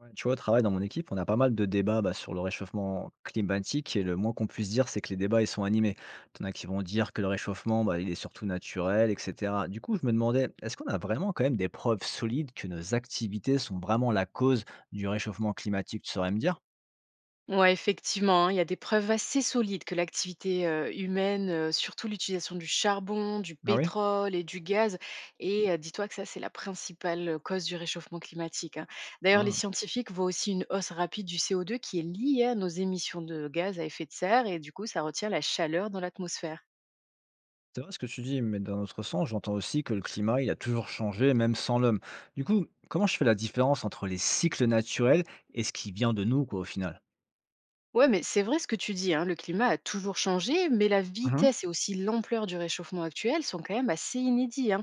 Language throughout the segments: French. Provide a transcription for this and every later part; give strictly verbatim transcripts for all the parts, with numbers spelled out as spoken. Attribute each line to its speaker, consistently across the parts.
Speaker 1: Ouais, tu vois, au travail, dans mon équipe, on a pas mal de débats bah, sur le réchauffement climatique et le moins qu'on puisse dire, c'est que les débats, ils sont animés. T'en as qui vont dire que le réchauffement, bah, il est surtout naturel, et cetera. Du coup, je me demandais, est-ce qu'on a vraiment quand même des preuves solides que nos activités sont vraiment la cause du réchauffement climatique, tu saurais me dire?
Speaker 2: Ouais, effectivement, hein, il y a des preuves assez solides que l'activité euh, humaine, euh, surtout l'utilisation du charbon, du
Speaker 1: Ah oui?
Speaker 2: pétrole et du gaz, et euh, dis-toi que ça, c'est la principale euh, cause du réchauffement climatique, hein. D'ailleurs, les
Speaker 1: Hein,
Speaker 2: scientifiques voient aussi une hausse rapide du CO2 qui est liée à nos émissions de gaz à effet de serre, et du coup, ça retient la chaleur dans l'atmosphère.
Speaker 1: c'est vrai ce que tu dis, mais d'un autre sens, j'entends aussi que le climat, il a toujours changé, même sans l'homme. Du coup, comment je fais la différence entre les cycles naturels et ce qui vient de nous, quoi, au final?
Speaker 2: Ouais, mais c'est vrai ce que tu dis, hein, le climat a toujours changé, mais la
Speaker 1: Mhm.
Speaker 2: vitesse et aussi l'ampleur du réchauffement actuel sont quand même assez inédits, hein.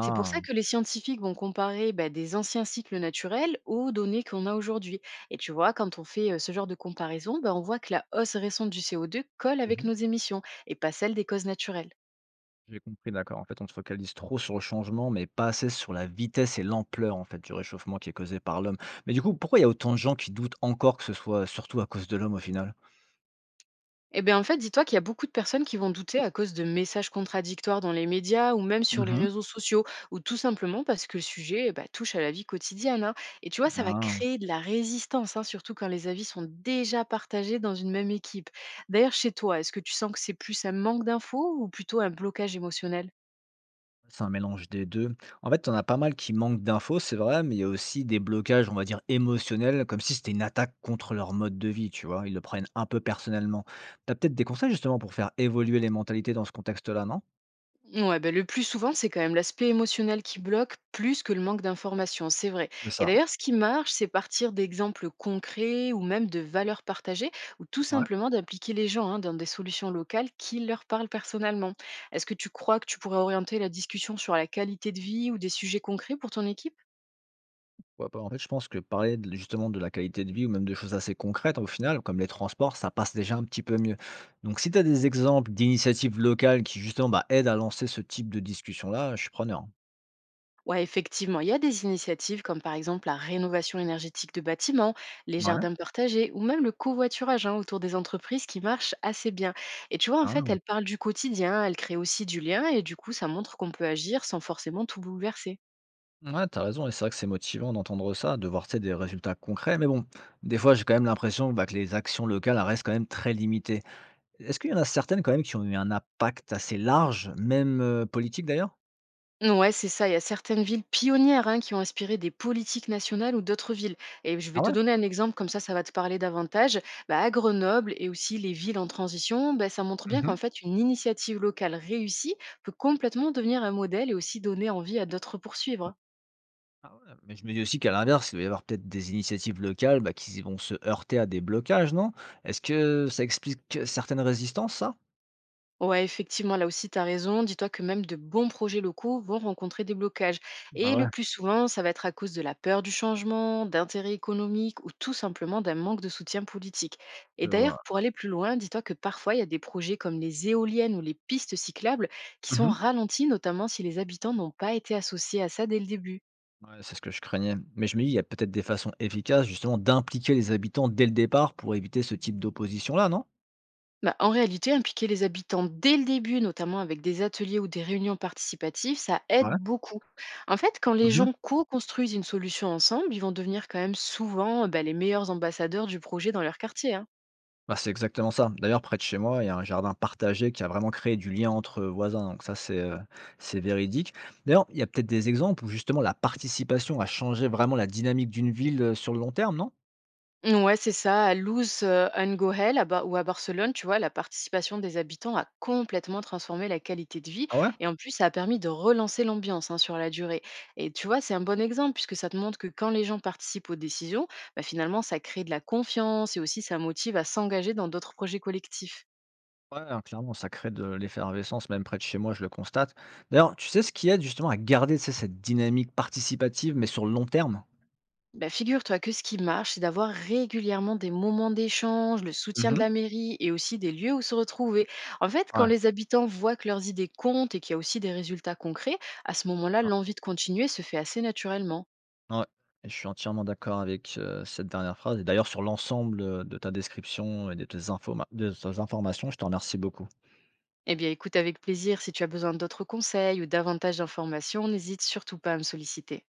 Speaker 2: C'est pour ça que les scientifiques vont comparer bah, des anciens cycles naturels aux données qu'on a aujourd'hui. Et tu vois, quand on fait euh, ce genre de comparaison, bah, on voit que la hausse récente du CO2 colle avec nos émissions et pas celle des causes naturelles.
Speaker 1: J'ai compris, d'accord. En fait, on se focalise trop sur le changement, mais pas assez sur la vitesse et l'ampleur en fait du réchauffement qui est causé par l'homme. Mais du coup, pourquoi il y a autant de gens qui doutent encore que ce soit surtout à cause de l'homme au final?
Speaker 2: Eh bien, en fait, dis-toi qu'il y a beaucoup de personnes qui vont douter à cause de messages contradictoires dans les médias ou même sur les
Speaker 1: Mhm.
Speaker 2: réseaux sociaux, ou tout simplement parce que le sujet bah, touche à la vie quotidienne, hein. Et tu vois, ça va
Speaker 1: Ah,
Speaker 2: créer de la résistance, hein, surtout quand les avis sont déjà partagés dans une même équipe. D'ailleurs, chez toi, est-ce que tu sens que c'est plus un manque d'infos ou plutôt un blocage émotionnel?
Speaker 1: c'est un mélange des deux. En fait, on a pas mal qui manquent d'infos, c'est vrai, mais il y a aussi des blocages, on va dire, émotionnels, comme si c'était une attaque contre leur mode de vie, tu vois. Ils le prennent un peu personnellement. T'as peut-être des conseils justement pour faire évoluer les mentalités dans ce contexte-là, non?
Speaker 2: Ouais, ben le plus souvent, c'est quand même l'aspect émotionnel qui bloque plus que le manque d'informations, c'est vrai.
Speaker 1: C'est
Speaker 2: Et
Speaker 1: ça.
Speaker 2: d'ailleurs, ce qui marche, c'est partir d'exemples concrets ou même de valeurs partagées ou tout
Speaker 1: Ouais.
Speaker 2: simplement d'appliquer les gens hein, dans des solutions locales qui leur parlent personnellement. Est-ce que tu crois que tu pourrais orienter la discussion sur la qualité de vie ou des sujets concrets pour ton équipe?
Speaker 1: Ouais, bah, en fait, je pense que parler de- justement de la qualité de vie ou même de choses assez concrètes, au final, comme les transports, ça passe déjà un petit peu mieux. Donc, si tu as des exemples d'initiatives locales qui justement bah, aident à lancer ce type de discussion-là, je suis preneur.
Speaker 2: Ouais, effectivement, il y a des initiatives comme par exemple la rénovation énergétique de bâtiments, les
Speaker 1: Ouais.
Speaker 2: jardins partagés ou même le covoiturage hein, autour des entreprises qui marchent assez bien. Et tu vois, en fait,
Speaker 1: Hein.
Speaker 2: elles parlent du quotidien, elles créent aussi du lien et du coup, ça montre qu'on peut agir sans forcément tout bouleverser.
Speaker 1: Ouais, t'as raison, et c'est vrai que c'est motivant d'entendre ça, de voir tu sais, des résultats concrets, mais bon, des fois j'ai quand même l'impression bah, que les actions locales elles restent quand même très limitées. Est-ce qu'il y en a certaines quand même qui ont eu un impact assez large, même euh, politique d'ailleurs?
Speaker 2: Ouais, c'est ça. Il y a certaines villes pionnières hein, qui ont inspiré des politiques nationales ou d'autres villes. Et je vais
Speaker 1: Ah
Speaker 2: te
Speaker 1: ouais?
Speaker 2: donner un exemple, comme ça, ça va te parler davantage. Bah, à Grenoble et aussi les villes en transition, bah, ça montre bien qu'en fait, une initiative locale réussie peut complètement devenir un modèle et aussi donner envie à d'autres poursuivre.
Speaker 1: Ah ouais, mais je me dis aussi qu'à l'inverse, il va y avoir peut-être des initiatives locales, bah, qui vont se heurter à des blocages, non? Est-ce que ça explique certaines résistances, ça?
Speaker 2: Ouais, effectivement, là aussi, tu as raison. Dis-toi que même de bons projets locaux vont rencontrer des blocages.
Speaker 1: Ah
Speaker 2: Et le
Speaker 1: ouais,
Speaker 2: plus souvent, ça va être à cause de la peur du changement, d'intérêts économiques ou tout simplement d'un manque de soutien politique. Et
Speaker 1: je vois.
Speaker 2: d'ailleurs, pour aller plus loin, dis-toi que parfois, il y a des projets comme les éoliennes ou les pistes cyclables qui sont
Speaker 1: Mmh.
Speaker 2: ralentis, notamment si les habitants n'ont pas été associés à ça dès le début.
Speaker 1: Ouais, c'est ce que je craignais. Mais je me dis, il y a peut-être des façons efficaces, justement, d'impliquer les habitants dès le départ pour éviter ce type d'opposition-là, non?
Speaker 2: Bah, en réalité, impliquer les habitants dès le début, notamment avec des ateliers ou des réunions participatives, ça
Speaker 1: Ouais.
Speaker 2: aide beaucoup. En fait, quand les
Speaker 1: Mmh.
Speaker 2: gens co-construisent une solution ensemble, ils vont devenir quand même souvent euh, bah, les meilleurs ambassadeurs du projet dans leur quartier, hein.
Speaker 1: Bah, c'est exactement ça. D'ailleurs, près de chez moi, il y a un jardin partagé qui a vraiment créé du lien entre voisins. Donc ça, c'est euh, c'est véridique. D'ailleurs, il y a peut-être des exemples où justement la participation a changé vraiment la dynamique d'une ville euh, sur le long terme, non?
Speaker 2: Ouais, c'est ça. À Luz euh, Ungohel à Bar- ou à Barcelone, tu vois, la participation des habitants a complètement transformé la qualité de vie
Speaker 1: Ah ouais?
Speaker 2: et en plus, ça a permis de relancer l'ambiance hein, sur la durée. Et tu vois, c'est un bon exemple puisque ça te montre que quand les gens participent aux décisions, bah, finalement, ça crée de la confiance et aussi ça motive à s'engager dans d'autres projets collectifs.
Speaker 1: Ouais, hein, clairement, ça crée de l'effervescence, même près de chez moi, je le constate. D'ailleurs, tu sais ce qui aide justement à garder, tu sais, cette dynamique participative, mais sur le long terme?
Speaker 2: Bah, figure-toi que ce qui marche, c'est d'avoir régulièrement des moments d'échange, le soutien de
Speaker 1: Mhm.
Speaker 2: la mairie et aussi des lieux où se retrouver. En fait, quand
Speaker 1: Ouais.
Speaker 2: les habitants voient que leurs idées comptent et qu'il y a aussi des résultats concrets, à ce moment-là, l'envie de continuer se fait assez naturellement.
Speaker 1: Ouais, et je suis entièrement d'accord avec, heu, cette dernière phrase et d'ailleurs sur l'ensemble, heu, de ta description et de tes infoma de tes informations, je te remercie beaucoup.
Speaker 2: Eh bien, écoute avec plaisir, si tu as besoin d'autres conseils ou davantage d'informations, n'hésite surtout pas à me solliciter.